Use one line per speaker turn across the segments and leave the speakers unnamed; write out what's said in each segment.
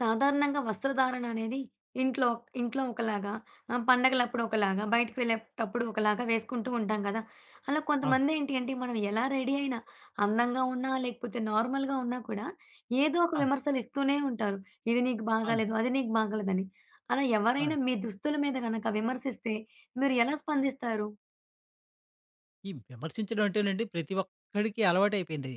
సాధారణంగా వస్త్రధారణ అనేది ఇంట్లో ఇంట్లో ఒకలాగా, పండగలప్పుడు ఒకలాగా, బయటికి వెళ్ళేటప్పుడు ఒకలాగా వేసుకుంటూ ఉంటాం కదా! అలా
అవును.
కొంతమంది ఏంటి అంటే, మనం ఎలా రెడీ అయినా, అందంగా ఉన్నా, లేకపోతే నార్మల్‌గా ఉన్నా కూడా, ఏదో ఒక
అవును.
విమర్శలు ఇస్తూనే ఉంటారు. ఇది నీకు
అవును.
బాగాలేదు, అది నీకు బాగాలేదని. అలా
అవును.
ఎవరైనా మీ దుస్తుల మీద గనక విమర్శిస్తే, మీరు ఎలా స్పందిస్తారు?
ఈ విమర్శించడం అంటేనండి ప్రతి ఒక్కడికి అలవాటైపోయింది.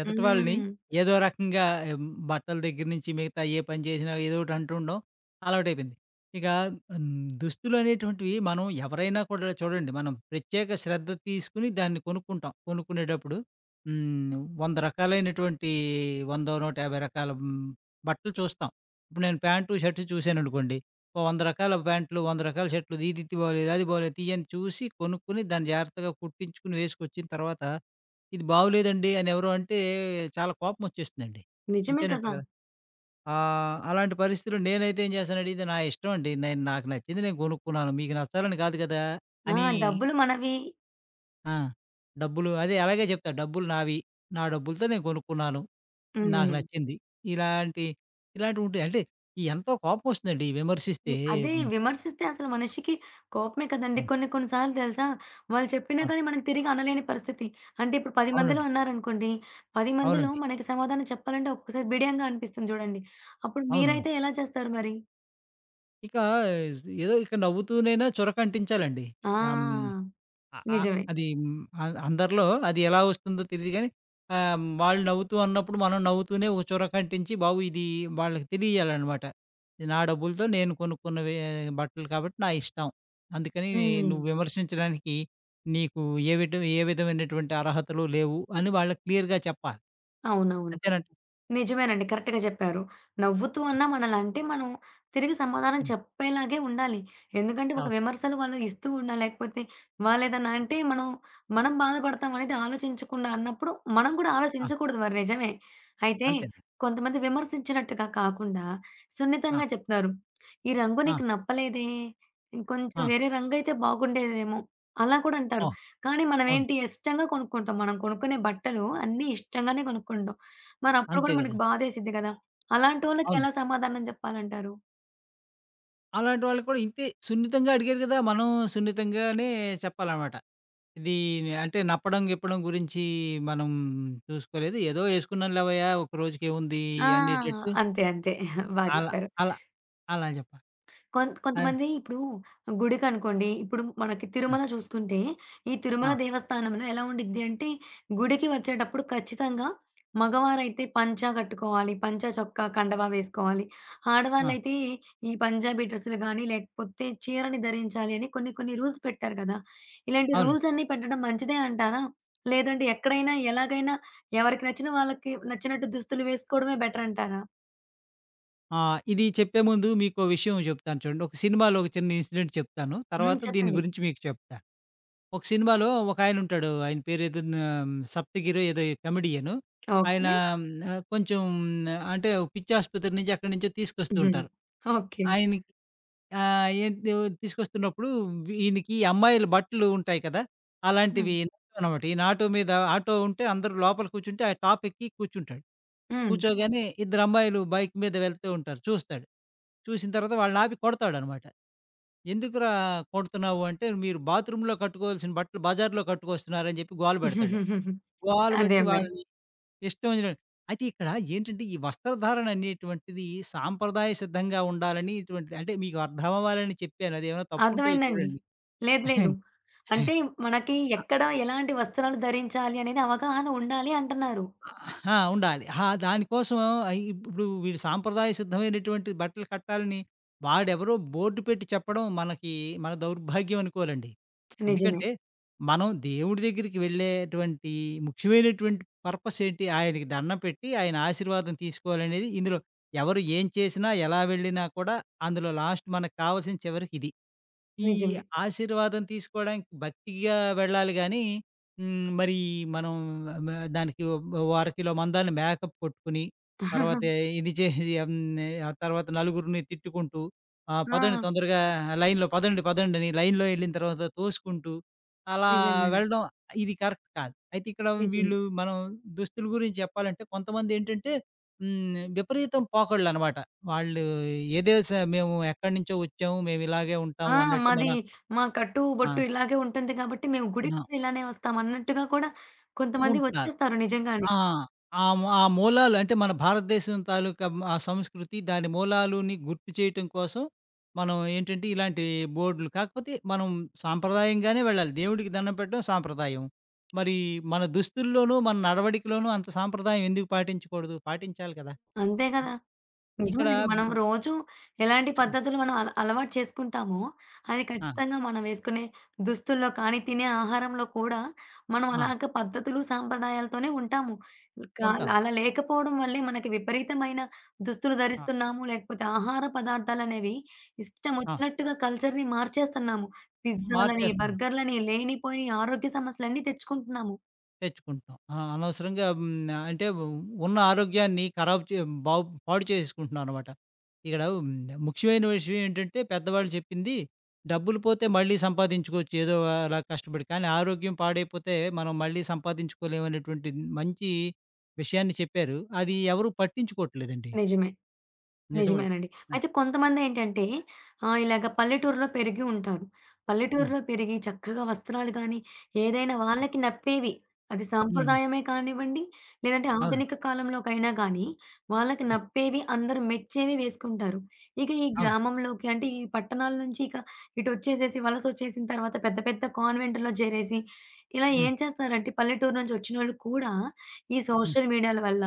ఎదుటి వాళ్ళని
హ్మ్.
ఏదో రకంగా బట్టల దగ్గర నుంచి మిగతా ఏ పని చేసినా ఏదో ఒకటి అంటుండడం అలవాటైపోయింది. ఇక హ్మ్, దుస్తులు అనేటువంటివి మనం ఎవరైనా కూడా చూడండి, మనం ప్రత్యేక శ్రద్ధ తీసుకొని దాన్ని కొనుక్కుంటాం. కొనుక్కునేటప్పుడు హ్మ్, 100 రకాలైనటువంటి 100, 150 రకాల బట్టలు చూస్తాం. ఇప్పుడు నేను ప్యాంటు, షర్ట్ చూసాననుకోండి, ఓ 100 రకాల ప్యాంట్లు, 100 రకాల షర్ట్లు ఇది ఇది బాలేదు, అది బాలేదు తీయని చూసి కొనుక్కొని దాన్ని జాగ్రత్తగా కుట్టించుకొని వేసుకొచ్చిన తర్వాత, ఇది బాగోలేదండి అని ఎవరో అంటే చాలా కోపం వచ్చేస్తుందండి.
నిజమే కదా!
అంతేనంటారు కదా! అలాంటి పరిస్థితిలో నేనైతే ఏం చేస్తానంటే ఇది నా ఇష్టం అండి. నేను నాకు నచ్చింది నేను కొనుక్కున్నాను. మీకు నచ్చాలని కాదు కదా!
ఆ!
అని.
డబ్బులు మనవి.
ఆ! డబ్బులు, అదే అలాగే చెప్తా. డబ్బులు నావి. నా డబ్బులతో నేను కొనుక్కున్నాను. నాకు
హ్మ్.
నచ్చింది. ఇలాంటి ఇలాంటివి ఉంటాయి. అంటే ఈ ఎంతో కోపం వస్తుందండి ఈ
వి
విమర్శిస్తే.
అదే
హ్మ్.
విమర్శిస్తే అసలు మనిషికి కోపమే కదండీ!
అవును.
కొన్ని కొన్ని సార్లు తెలుసా? వాళ్ళు చెప్పినా
ఆ!
కానీ మనం తిరిగి అనలేని పరిస్థితి. అంటే ఇప్పుడు 10 మందిలో
అవునండి.
అన్నారనుకోండి, 10 మందిలో
అవునండి.
మనకి సమాధానం చెప్పాలంటే ఒక్కొక్కసారి బిడియంగా అనిపిస్తుంది చూడండి. అప్పుడు
అవునవును.
మీరైతే ఎలా చేస్తారు మరి?
ఇక ఏదో ఇక నవ్వుతూనైనా చొరక అంటించాలండి. హ్మ్.
ఆ!
ఆహ్, ఆహ్,
నిజమే.
అది అందరిలో అది ఎలా వస్తుందో తెలీదు గానీ, వాళ్ళు నవ్వుతూ అన్నప్పుడు మనం నవ్వుతూనే ఒక చొరక అంటించి, బాబు ఇది వాళ్ళకి తెలియాలనమాట. ఇది నా డబ్బులతో నేను కొనుక్కున్నవే బట్టలు కాబట్టి నా ఇష్టం. అందుకని
హ్మ్.
నువ్వు విమర్శించడానికి నీకు ఏ విధమైనటువంటి అర్హతలు లేవు అని వాళ్ళకి క్లియర్‌గా చెప్పాలి.
అవునవును.
అంతేనండి.
నిజమేనండి. కరెక్ట్‌గా చెప్పారు. నవ్వుతూ అన్నా మనలంటే మనం తిరిగి సమాధానం
హ్మ్.
చెప్పేలాగే ఉండాలి. ఎందుకంటే ఒక
అవును.
విమర్శలు వాళ్ళు ఇస్తూ ఉన్నా లేకపోతే వాళ్ళేదన్నా అంటే మనం, మనం బాధపడతాం అనేది ఆలోచించకుండా అన్నప్పుడు మనం కూడా
ఆ!
ఆలోచించకూడదు మరి నిజమే. అయితే
అంతేనండి.
కొంతమంది విమర్శించినట్టుగా కాకుండా
ఆ!
సున్నితంగా చెప్తారు. "ఈ రంగు
ఆ!
నీకు నప్పలేదే! ఇంకొంచెం
ఆ!
వేరే రంగయితే బాగుండేదేమో" అలా కూడా అంటారు.
ఓహ్!
కానీ
అవును.
మనమేంటి ఇష్టంగా కొనుక్కుంటాం. మనం కొనుక్కునే బట్టలు అన్నీ ఇష్టంగానే కొనుక్కుంటాం. మరప్పుడు
అంతే
గూడా మనకు
గదండీ.
బాధేసిద్ది గదా! అలాంటోళ్ళకి
అవును.
ఎలా సమాధానం జెప్పాలంటారు?
అలాంటి వాళ్ళకి కూడా ఇంతే సున్నితంగా అడిగారు గదా! మనం సున్నితంగానే చెప్పాలనమాట. ఇది, అంటే నప్పడం, గిప్పడం గురించి మనం చూసుకోలేదు. ఏదో యేసుకున్నాం లేవయ్యా! ఒక రోజుకేముంది
ఆ!
అనేటట్టు
అంతే. అంతే. బా
అలా
జెప్పారు.
అలా అలా జెప్పాలి.
కొంత్
అదే.
కొంతమంది ఇప్పుడు గుడికనుకోండి, ఇప్పుడు మనకి
ఆ!
తిరుమల చూసుకుంటే, ఈ తిరుమల
ఆ!
దేవస్థానంలో ఎలా ఉండిద్ది అంటే, గుడికి వచ్చేటప్పుడు ఖచ్చితంగా మగవారైతే పంచ కట్టుకోవాలి. పంచ చొక్కా, కండవ వేసుకోవాలి.
ఆ!
ఆడవాళ్ళైతే ఈ పంజాబీ డ్రెస్సులు గానీ, లేకపోతే చీరని ధరించాలి అని కొన్ని కొన్ని రూల్స్ పెట్టారు కదా! ఇలాంటి
అవునండి.
రూల్స్ అన్నీ పెట్టడం మంచిదే అంటారా? లేదంటే ఎక్కడైనా, ఎలాగైనా ఎవరికి నచ్చిన వాళ్ళకి నచ్చినట్టు దుస్తులు వేసుకోవడమే బెటర్ అంటారా?
ఆ! ఇది చెప్పే ముందు మీకో విషయం జెప్తాను చూడండి. ఒక సినిమాలో ఒక చిన్న ఇన్సిడెంట్ చెప్తాను.
హ్మ్.
తర్వాత దీని
చెప్పండి.
గురించి మీకు చెప్తా. ఒక సినిమాలో ఒక ఆయన ఉంటాడు. ఆయన పేరేదో సప్తగిరో ఏదో కమెడియను. ఆయన
ఓకే.
ఉమ్, ఆ! కొంచెం ఆ, అంటే ఓ పిచ్చి ఆసుపత్రి నుంచి అక్కడి నుంచో తీసుకొస్తూ ఉంటారు.
ఓకే.
ఆయనకి ఏంటి తీసుకొస్తున్నప్పుడు ఈయనకి అమ్మాయిల బట్టలు ఉంటాయి కదా!
హ్మ్.
అలాంటివి నచ్చవనమాట. ఈయన ఆటో మీద, ఆటో ఉంటే అందరూ లోపల కూర్చుంటే ఆ టాప్ ఎక్కి కూర్చుంటాడు.
హ్మ్.
కూర్చోగానే ఇద్దరు అమ్మాయిలు బైక్ మీద వెళ్తూ ఉంటారు. చూస్తాడు. చూసిన తర్వాత వాళ్ళని ఆపి కొడతాడనమాట. "ఎందుకురా కొడుతున్నావు" అంటే, "మీరు బాత్రూమ్‌లో కట్టుకోవాల్సిన బట్టలు బజార్‌లో కట్టుకొస్తున్నారని" చెప్పి గోల పెడతాడు. గోల
అదే
పెట్టి
మరి.
వాళ్ళని ఇష్టం వచ్చినట్టు. అయితే ఇక్కడ ఏంటంటే, ఈ వస్త్రధారణ అనేటువంటిది సాంప్రదాయ సిద్ధంగా ఉండాలని, ఇటువంటిది అంటే మీకు అర్థమవ్వాలని చెప్పాను. అదేమైనా తప్పుంటే
అర్థమైందండి.
చూడండి.
లేదు లేదు. అంటే మనకి ఎక్కడ ఎలాంటి వస్త్రాలు ధరించాలి అనేది అవగాహన ఉండాలి అంటున్నారు.
ఆ! ఉండాలి. ఆ! దానికోసం ఇప్పుడు వీడు సాంప్రదాయ సిద్ధమైనటువంటి బట్టలు కట్టాలని వాడెవరో బోర్డ్ పెట్టి చెప్పడం మనకి మన దౌర్భాగ్యం అనుకోవాలండి.
నిజమే.
ఎందుకంటే, మనం దేవుడి దగ్గరికి వెళ్ళేటువంటి ముఖ్యమైనటువంటి పర్పస్ ఏంటి? ఆయనకి దండం పెట్టి ఆయన ఆశీర్వాదం తీసుకోవాలనేది ఇందులో ఎవరు ఏం చేసినా, ఎలా వెళ్ళినా కూడా అందులో లాస్ట్ మనకు కావాల్సిన చివరికి ఇది. ఈ
నిజమే.
ఆశీర్వాదం తీసుకోవడానికి భక్తిగా వెళ్ళాలి గానీ, మరి మనం మ దానికి ఓ అరకిలో మందాన్ని మేకప్ కొట్టుకొని, తర్వాత ఇది చేసి ఆ తర్వాత నలుగురిని తిట్టుకుంటూ, ఆ! పదండి
ఆ!
తొందరగా, లైన్‌లో పదండి, పదండి అని లైన్‌లో ఎళ్ళిన తర్వాత తోసుకుంటూ, అలా
నిజంగానే.
వెళ్ళడం ఇది కరెక్ట్ కాదు. అయితే ఇక్కడ
నిజమే.
వీళ్ళు, మనం దుస్తుల గురించి చెప్పాలంటే కొంతమందేంటంటే విపరీతం పోకడలనమాట. వాళ్ళు ఏదో మేము ఎక్కడి నుంచో వచ్చాము. మేము ఇలాగే
ఆ!
ఉంటాము అన్నట్టు
మాది
మన
మా కట్టు,
ఆ!
బొట్టు ఇలాగే ఉంటుంది కాబట్టి మేము గుడికి
నా
కూడా ఇలానే వస్తాం అన్నట్టుగా కూడా కొంతమంది
ఉంటున్నారు.
వచ్చేస్తారు నిజంగానే.
ఆ! ఆ మూ ఆ మూలాలు అంటే మన భారతదేశం తాలూకా ఆ సంస్కృతి దాని మూలాలుని గుర్తు చేయటం కోసం మనం ఏంటంటే ఇలాంటి బోర్డులు కాకపోతే మనం సాంప్రదాయంగానే వెళ్ళాలి. దేవుడికి దండం పెట్టడం సాంప్రదాయం. మరి మన దుస్తుల్లోనూ, మన నడవడికలోనూ అంత సాంప్రదాయం ఎందుకు పాటించకూడదు? పాటించాలి కదా!
అంతే కదా!
ఇక్కడ
నిజమేనండి. మనం రోజు ఎలాంటి
హ్మ్.
పద్ధతులు మనం అలవాటు చేసుకుంటామో, అది
ఆ!
ఖచ్చితంగా మనం వేసుకునే దుస్తుల్లో కానీ, తినే ఆహారంలో కూడా మనం
ఆ!
అలాగ పద్ధతులు, సాంప్రదాయాలతోనే ఉంటాము. కా
ఉంటాం.
అలా లేకపోవడం వల్లే మనకి విపరీతమైన దుస్తులు
ఆ!
ధరిస్తున్నాము. లేకపోతే ఆహార పదార్థాలనేవి
ఆ!
ఇష్టమొచ్చినట్టుగా కల్చర్‌ని మార్చేస్తున్నాము. పిజ్జాలని,
మార్చేస్తున్నాం.
బర్గర్‌లని లేనిపోని ఆరోగ్య సమస్యలన్నీ తెచ్చుకుంటున్నాము.
తెచ్చుకుంటాం. ఆ! అనవసరంగా అంటే ఉన్న ఆరోగ్యాన్ని ఖరాబ్ చే బాగు పాడు చేసుకుంటున్నామనమాట. ఇక్కడ ముఖ్యమైన విషయం ఏంటంటే, పెద్దవాళ్ళు చెప్పింది డబ్బులు పోతే మళ్ళీ సంపాదించుకోవచ్చు ఏదో అలా కష్టపడి. కానీ ఆరోగ్యం పాడైపోతే మనం మళ్ళీ సంపాదించుకోలేమనేటువంటి మంచి విషయాన్ని చెప్పారు. అది ఎవరు పట్టించుకోవట్లేదండి.
నిజమే.
నిజమే.
నిజమేనండి.
ఆ!
అయితే కొంతమందేంటంటే ఇలాగ పల్లెటూరులో పెరిగి ఉంటారు.
హ్మ్.
పల్లెటూరులో పెరిగి చక్కగా వస్త్రాలు గానీ, ఏదైనా వాళ్ళకి నప్పేవి. అది
హ్మ్.
సాంప్రదాయమే కానివ్వండి, లేదంటే
అవునండి.
ఆధునిక కాలంలోకైనా గానీ, వాళ్ళకి
హ్మ్.
నప్పేవి, అందరూ మెచ్చేవి వేసుకుంటారు. ఇక ఈ
అవును.
గ్రామంలోకి అంటే ఈ పట్టణాల నుంచి ఇక ఇటొచ్చేసేసి వలసొచ్చేసిన తర్వాత పెద్ద పెద్ద కాన్వెంట్‌లో చేరేసి, ఇలా
హ్మ్.
ఏం చేస్తారంటే పల్లెటూరు నుంచి వచ్చినోళ్ళు కూడా ఈ
హ్మ్.
సోషల్ మీడియాల వల్ల,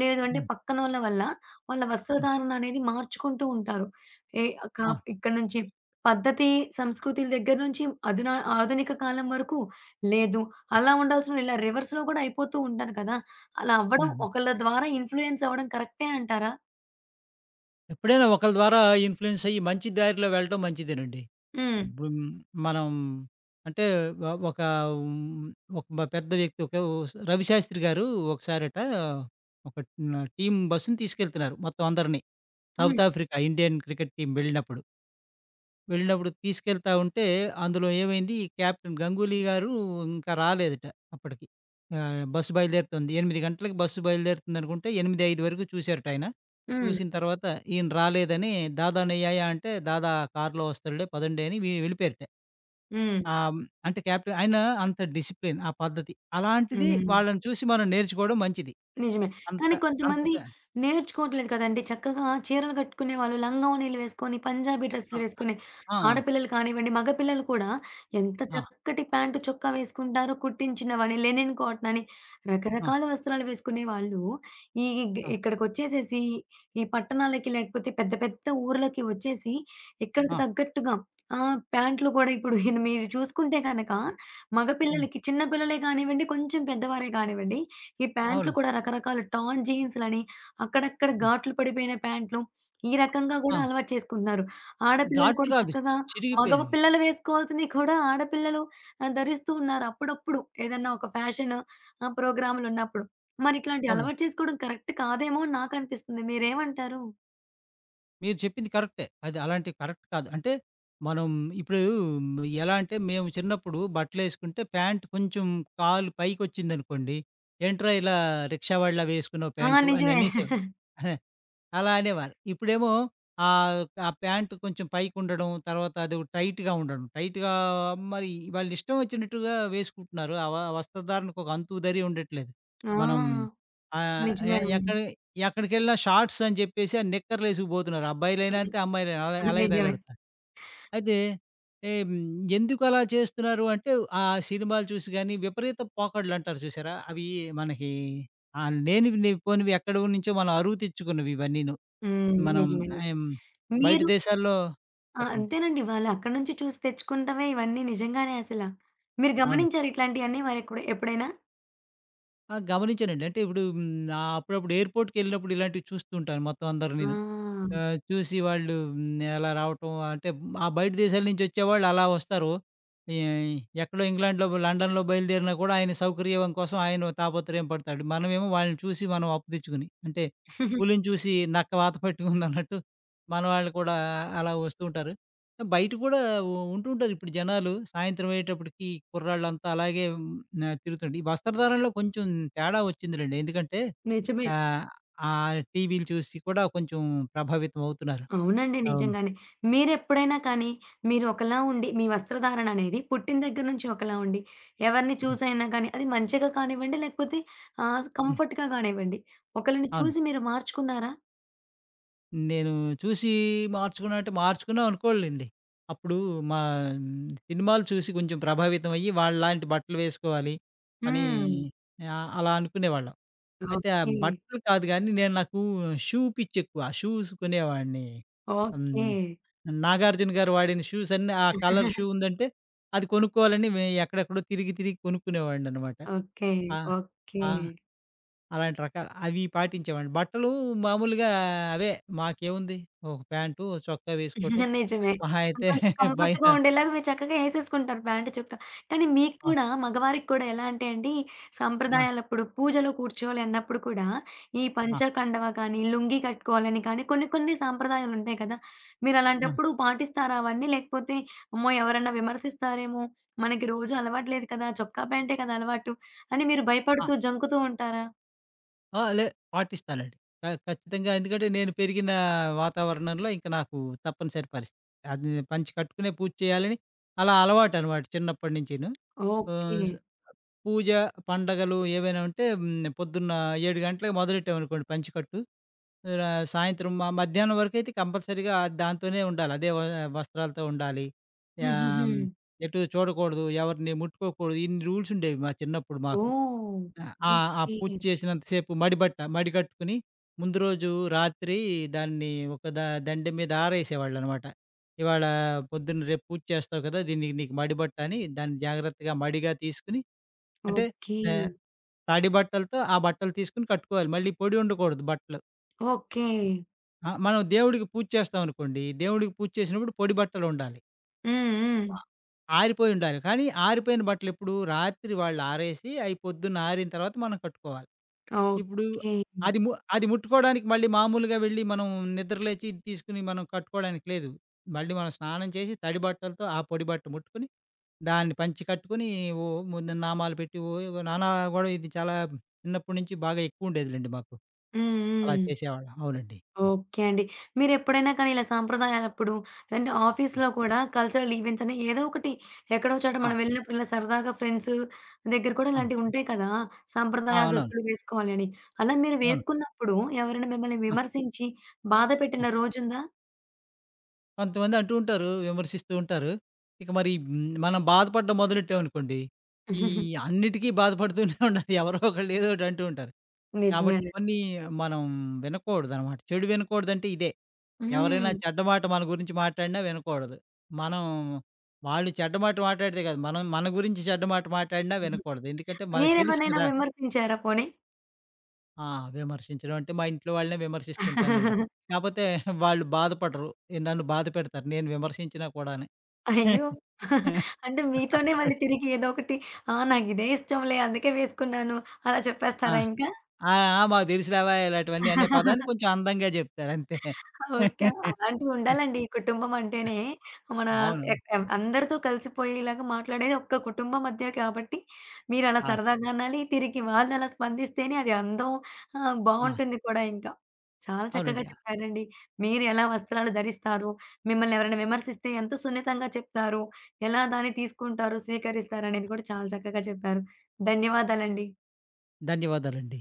లేదు అంటే
హ్మ్.
పక్కనోళ్ళ వల్ల వాళ్ళ
హ్మ్.
వస్త్రధారణ అనేది మార్చుకుంటూ ఉంటారు. ఏ కా
అవును.
ఇక్కడ నుంచి పద్ధతి, సంస్కృతిల దగ్గర నుంచి అధునా ఆధునిక కాలం వరకు లేదు. అలా ఉండాల్సిన ఇలా రివర్స్‌లో కూడా అయిపోతూ ఉంటారు కదా! అలా అవ్వడం
హ్మ్. హ్మ్.
ఒకళ్ళ ద్వారా ఇన్‌ఫ్లూయెన్స్ అవ్వడం కరెక్టే అంటారా?
ఎప్పుడైనా ఒకళ్ళ ద్వారా ఇన్‌ఫ్లూయెన్స్ అయ్యి మంచి దారిలో వెళ్ళడం మంచిదేనండి.
హ్మ్.
ఇప్పుడు మనం, అంటే ఒక హ్మ్, ఒక పెద్ద వ్యక్తి, ఒక 'రవిశాస్త్రి' గారు ఒకసారట ఒక టీమ్ బస్‌ని తీసుకెళ్తున్నారు మొత్తం అందరిని.
హ్మ్.
South Africa Indian cricket team వెళ్ళినప్పుడు. వెళ్ళినప్పుడు తీసుకెళ్తా ఉంటే అందులో ఏమైంది, కెప్టెన్ గంగూలీ గారు ఇంకా రాలేదట అప్పటికి. బస్సు బయలుదేరుతుంది. 8 గంటలకి బస్సు బయలుదేరుతుందనుకుంటే 8:05 వరకు చూసారటాయన.
హ్మ్.
చూసిన తర్వాత ఈయన రాలేదని, "దాదానయ్యాయా" అంటే, "దాదా కార్‌లో వస్తాడులే పదండి" అని వెళ్ళిపోయారట.
హ్మ్.
ఆ! హ్మ్. అంటే క్యాప్టెన్ ఆయన అంత డిసిప్లిన్, ఆ పద్ధతి. అలాంటిది
హ్మ్.
వాళ్ళని చూసి మనం నేర్చుకోవడం మంచిది.
నిజమే.
అంత
కానీ
అంత
కొంతమంది
పె
నేర్చుకోవట్లేదు కదండీ! చక్కగా చీరలు కట్టుకునే వాళ్ళు లంగావోణీలు వేసుకొని, పంజాబీ
ఆ!
డ్రెస్సులు వేసుకొని,
ఆ!
ఆడపిల్లలు కానివ్వండి, మగపిల్లలు కూడా ఎంత
ఆ!
చక్కటి ప్యాంటు, చొక్కా వేసుకుంటారో కుట్టించినవని, లెనిన్ కాటన్ అని
ఆ!
రకరకాల వస్త్రాలు వేసుకునే వాళ్ళు ఈ ఇగ్
ఆ!
ఇక్కడికొచ్చేసేసి ఈ పట్టణాలకి లేకపోతే పెద్ద పెద్ద ఊర్లకి వచ్చేసి ఇక్కడికి
ఆ!
తగ్గట్టుగా ప్యాంట్లు కూడా ఇప్పుడు మీరు చూసుకుంటే గనక
హ్మ్.
మగపిల్లలకి చిన్న పిల్లలే కానివ్వండి, కొంచెం పెద్దవారే కానివ్వండి ఈ ప్యాంట్లు
అవునండి.
కూడా రకరకాల టాన్ జీన్స్‌లని, అక్కడక్కడ
హ్మ్.
ఘాట్లు పడిపోయిన ప్యాంట్లు, ఈ రకంగా గూడా
ఆ!
అలవాటు చేసుకుంటున్నారు. ఆడపిల్లలు
ఘాట్లు
కూడా
కాదు.
చక్కగా
చిరిగిపోయినవి.
పిల్లలు వేసుకోవాల్సినయి కూడా ఆడపిల్లలు ధరిస్తూ ఉన్నారు అప్పుడప్పుడు. ఏదన్నా ఒక ఫ్యాషన్ ప్రోగ్రామ్‌లున్నప్పుడు. మరి ఇట్లాంటి
అవును.
అలవాటు చేసుకోవడం కరెక్ట్ కాదేమో అని నాకనిపిస్తుంది. మీరేమంటారు?
మీరు చెప్పింది కరెక్టే. అది, అలాంటివి కరెక్ట్ కాదు. అంటే మనం ఇప్పుడు ఎలా అంటే, మేము చిన్నప్పుడు బట్టలేసుకుంటే ప్యాంట్ కొంచెం కాలు పైకొచ్చిందనుకోండి, "ఏంట్రా ఇలా రిక్షా వాళ్ళలా వేసుకున్నావు
ఆ!
ప్యాంటు" అని
నిజమే.
అనేసేవారు. అలా అనేవారు. ఇప్పుడేమో ఆహ్, ఆ ప్యాంట్ కొంచెం పైకుండడం, తర్వాత అది టైట్‌గా ఉండడం. టైట్‌గా, మరి వాళ్ళిష్టం వచ్చినట్టుగా వేసుకుంటున్నారు. ఆ వస్త్రధారణకు ఒక అంతు, దరి ఉండట్లేదు. మనం
ఆ!
ఆహ్, ఎ
నిజమేనండి.
ఎక్కడ ఎక్కడికెళ్ళినా షార్ట్స్ అని చెప్పేసి, ఆ నిక్కర్లేసుకుపోతున్నారు. అబ్బాయిలైనా అంతే, అమ్మాయిలైనా అలాగే
నిజమే.
తగలెడతారు. అయితే ఎ హ్మ్, ఎందుకలా చేస్తున్నారు అంటే, ఆ సినిమాలు చూసి గాని, విపరీత పోకడలంటారు చూసారా? అవి మనకి లేనివి పోనివి ఎక్కడో నుంచో మనం అరువు తెచ్చుకున్నవి ఇవన్నీను.
హ్మ్.
మనం
నిజమే. నిజమే.
ఆహ్, బయట
మీరు
దేశాల్లో
ఆ!
చెప్పండి.
అంతేనండి. వాళ్ళక్కడి నుంచి చూసి తెచ్చుకుంటమే ఇవన్నీ నిజంగానే అసల. మీరు
అవునండి.
గమనించారా ఇట్లాంటియన్నీ మరెప్పుడు ఎప్పుడైనా?
ఆ! గమనించానండి. అంటే ఇప్పుడు అప్పుడప్పుడు ఎయిర్‌పోర్ట్‌కెళ్ళినప్పుడు ఇలాంటివి చూస్తూ ఉంటాను మొత్తం అందరినీను.
ఆ!
చూసి వాళ్ళు అలా రావటం అంటే ఆ బయట దేశాల నుంచి వచ్చేవాళ్ళు అలా వస్తారు. ఈ ఎక్కడో ఇంగ్లాండ్‌లో, లండన్‌లో బయలుదేరినా కూడా ఆయన సౌకర్యం కోసం ఆయన తాపత్రయం పడతాడు. మనమేమో వాళ్ళని చూసి మనం అప్పు తెచ్చుకొని, అంటే పులిని చూసి నక్క వాత పట్టుకుందన్నట్టు మన వాళ్ళు కూడా అలా వస్తూ ఉంటారు. బయట కూడా ఉంటుంటారు ఇప్పుడు జనాలు. సాయంత్రం అయ్యేటప్పటికి కుర్రాళ్ళంతా అలాగే తిరుగుతుంటారు. ఈ వస్త్రధారణలో కొంచెం తేడా వచ్చిందిలెండి. ఎందుకంటే
నిజమే.
ఆహ్, ఆ టీవీలు చూసి కూడా కొంచెం ప్రభావితం అవుతున్నారు.
అవునండి.
అవును.
నిజంగానే. మీరెప్పుడైనా కానీ, మీరు ఒకలా ఉండి మీ వస్త్రధారణ అనేది పుట్టిన దగ్గర నుంచి ఒకలా ఉండి, ఎవరిని
హ్మ్.
చూసైనా కానీ, అది మంచిగా కానివ్వండి, లేకపోతే
హ్మ్.
కంఫర్ట్‌గా కానివ్వండి, ఒకళ్ళని
అవును.
చూసి మీరు మార్చుకున్నారా?
నేను చూసి మార్చుకున్నా అంటే, మార్చుకున్నాం అనుకోనులెండి. అప్పుడు మా సినిమాలు చూసి కొంచెం ప్రభావితం అయ్యి వాళ్ళలాంటి బట్టలు వేసుకోవాలి అని
హ్మ్.
అలా అనుకునేవాళ్ళం. అయితే ఆ
ఓకే.
బట్టలు కాదు గానీ, నేను నాకు షూ పిచ్ ఎక్కువ. షూస్ కొనేవాడిని.
ఓకే.
హ్మ్. 'నాగార్జున' గారు వాడిన షూస్ అన్నీ, ఆ కలర్ షూ ఉందంటే అది కొనుక్కోవాలని ఎక్కడెక్కడో తిరిగి తిరిగి కొనుక్కునేవాడిననమాట.
ఓకే.
ఆ!
ఓకే.
ఆ! అలాంటి రకాలు అవి పాటించేవాడిని. బట్టలు మామూలుగా అవే. మాకేముంది, ఒక ప్యాంటు, ఓ చొక్కా వేసుకోవటం.
నిజమే.
మహా
అది
అయితే
కొంచెం కంఫర్ట్‌గా
పైన.
ఉండేలాగా మీరు చక్కగా ఏసేసుకుంటారు ప్యాంట్, చొక్కా. కానీ మీకు
ఆ!
కూడా మగవారికి కూడా ఎలా అంటే అండి,
ఆ!
సంప్రదాయాలప్పుడు పూజలో కూర్చోవాలి అన్నప్పుడు కూడా, ఈ
ఆ!
పంచ కండవ కానీ, లుంగీ కట్టుకోవాలని కానీ కొన్ని కొన్ని సాంప్రదాయాలుంటాయి కదా!
ఆ!
మీరలాంటప్పుడు పాటిస్తారా అవన్నీ? లేకపోతే అమ్మో! ఎవరన్నా విమర్శిస్తారేమో! మనకి రోజు అలవాటు లేదు కదా! చొక్కా ప్యాంటే కదా అలవాటు అని మీరు
ఆ!
భయపడుతూ, జంకుతూ ఉంటారా?
ఆ! లే పాటిస్తానండి. ఖచ్చితంగా. ఎందుకంటే నేను పెరిగిన వాతావరణంలో ఇంక నాకు తప్పనిసరి పరిస్థితి. అది పంచె కట్టుకునే పూజ చేయాలని, అలా అలవాటనమాట చిన్నప్పటి నుంచిను.
ఓకే.
ఆహ్, స్ పూజ, పండగలు ఏవైనా ఉంటే పొద్దున్న 7 గంటలకి మొదలెట్టామనుకోండి పంచెకట్టు, సాయంత్రం మధ్యాహ్నం వరకైతే కంపల్సరీగా దాంతోనే ఉండాలి. అదే వస్త్రాలతో ఉండాలి. ఆహ్,
హుహుహు.
హ్మ్, ఎటు చూడకూడదు, ఎవరిని ముట్టుకోకూడదు. ఇన్ని రూల్స్ ఉండేవి మా చిన్నప్పుడు మాకు.
ఓహ్!
ఆ! ఆ! ఆ
ఓకే.
పూజ చేసినంత సేపు మడిబట్ట, మడి కట్టుకుని ముందు రోజు రాత్రి దాన్ని ఒక దండెం మీద ఆరేసేవాళ్ళనమాట. ఇవాళ పొద్దున్న, రేపు పూజ చేస్తావు కదా! దీనికి నీకు మడిబట్ట అని దాన్ని జాగ్రత్తగా మడిగా తీసుకొని, అంటే
ఓకే.
ఆహ్, తడి బట్టలతో ఆ బట్టలు తీసుకొని కట్టుకోవాలి. మళ్ళీ పొడి ఉండకూడదు బట్టలు.
ఓకే.
ఆ! మనం దేవుడికి పూజ చేస్తామనుకోండి, దేవుడికి పూజ చేసినప్పుడు పొడి బట్టలుండాలి.
హ్మ్. హ్మ్.
ఆరిపోయి ఉండాలి. కానీ ఆరిపోయిన బట్టలెప్పుడు రాత్రి వాళ్ళు ఆరేసి, అయి పొద్దున్న ఆరిన తర్వాత మనం కట్టుకోవాలి. ఇప్పుడు
ఓకే. హ్మ్.
అది ము అది ముట్టుకోవడానికి మళ్ళీ మామూలుగా వెళ్ళి మనం నిద్రలేచి తీసుకొని మనం కట్టుకోవడానికి లేదు. మళ్ళీ మనం స్నానం చేసి తడి బట్టలతో ఆ పొడి బట్ట ముట్టుకొని, దాన్ని పంచి కట్టుకొని, ఓ ముందు నామాలు పెట్టి, ఓ ఓ నానా గొడవ, ఇది చాలా చిన్నప్పటి నుంచి బాగా ఎక్కువుండేదిలెండి మాకు. అలా
హ్మ్.
చేసేవాళ్ళం. అవునండి.
ఓకే అండి. మీరెప్పుడైనా కానీ ఇలా సాంప్రదాయాలప్పుడు అంటే
ఆ!
ఆఫీస్‌లో కూడా కల్చరల్ ఈవెంట్స్ అని ఏదో ఒకటి ఎక్కడో చోట మనం వెళ్ళినప్పుడు ఇలా సరదాగా ఫ్రెండ్స్ దగ్గర కూడా
అవును.
ఇలాంటివి ఉంటాయి కదా!
ఆ!
సాంప్రదాయ
అవునవును.
దుస్తులు వేసుకోవాలి అని. అలా మీరు
అవును.
వేసుకున్నప్పుడు ఎవరైనా మిమ్మల్ని విమర్శించి బాధ
ఆ!
పెట్టిన రోజుందా?
కొంతమంది అంటూ ఉంటారు, విమర్శిస్తూ ఉంటారు. ఇక మరి మనం బాధపడడం మొదలెట్టామనుకోండి, ఈ అన్నిటికీ బాధపడుతూనే ఉండాలి. ఎవరో ఒకళ్ళు ఏదో ఒకటి అంటూ ఉంటారు. కాబట్టి
నిజమేలే.
కొన్ని మనం వినకూడదనమాట. చెడు వినకూడదంటే ఇదే. ఎవరైనా
హ్మ్.
చెడ్డ మాట మన గురించి మాట్లాడినా వినకూడదు. మనం, వాళ్ళు చెడ్డ మాట మాట్లాడితే కాదు, మనం మన గురించి చెడ్డ మాట మాట్లాడినా వినకూడదు. ఎందుకంటే మనకు తెలుసు
మీరెవరినైనా
కదా!
విమర్శించారా పోనీ?
ఆ! విమర్శించడం అంటే మా ఇంట్లో వాళ్ళనే విమర్శిస్తుంటానండి. కాపోతే వాళ్ళు బాధపడరు. నన్ను బాధ పెడతారు నేను విమర్శించినా కూడాను.
అయ్యో! అంటే మీతోనే మళ్ళీ తిరిగి ఏదో ఒకటి ఆ! నాకిదే ఇష్టంలే అందుకే వేసుకున్నాను అలా
ఆ!
చెప్పేస్తారా ఇంకా?
ఆ! ఆ! మాకు తెలుసులేవా ఇలాంటివన్నీ అనే పదాన్ని కొంచెం అందంగా చెప్తారు అంతే.
ఓకే. అలాంటివుండాలండి ఈ కుటుంబం అంటేనే. మన
అవును.
ఎ ఎవ్ అందరితో కలిసిపోయేలాగా మాట్లాడేది ఒక్క కుటుంబం మధ్య కాబట్టి మీరలా
ఆ!
సరదాగా అనాలి. తిరిగి వాళ్ళలా స్పందిస్తేనే అది అందం
ఆ!
బావుంటుంది కూడా ఇంకా. చాలా చక్కగా
అవునండి.
చెప్పారండి. మీరు ఎలా వస్త్రాలు ధరిస్తారు? మిమ్మల్ని ఎవరైనా విమర్శిస్తే ఎంత సున్నితంగా చెప్తారు? ఎలా దాన్ని తీసుకుంటారు, స్వీకరిస్తారు అనేది కూడా చాలా చక్కగా చెప్పారు. ధన్యవాదాలండి.
ధన్యవాదాలండి.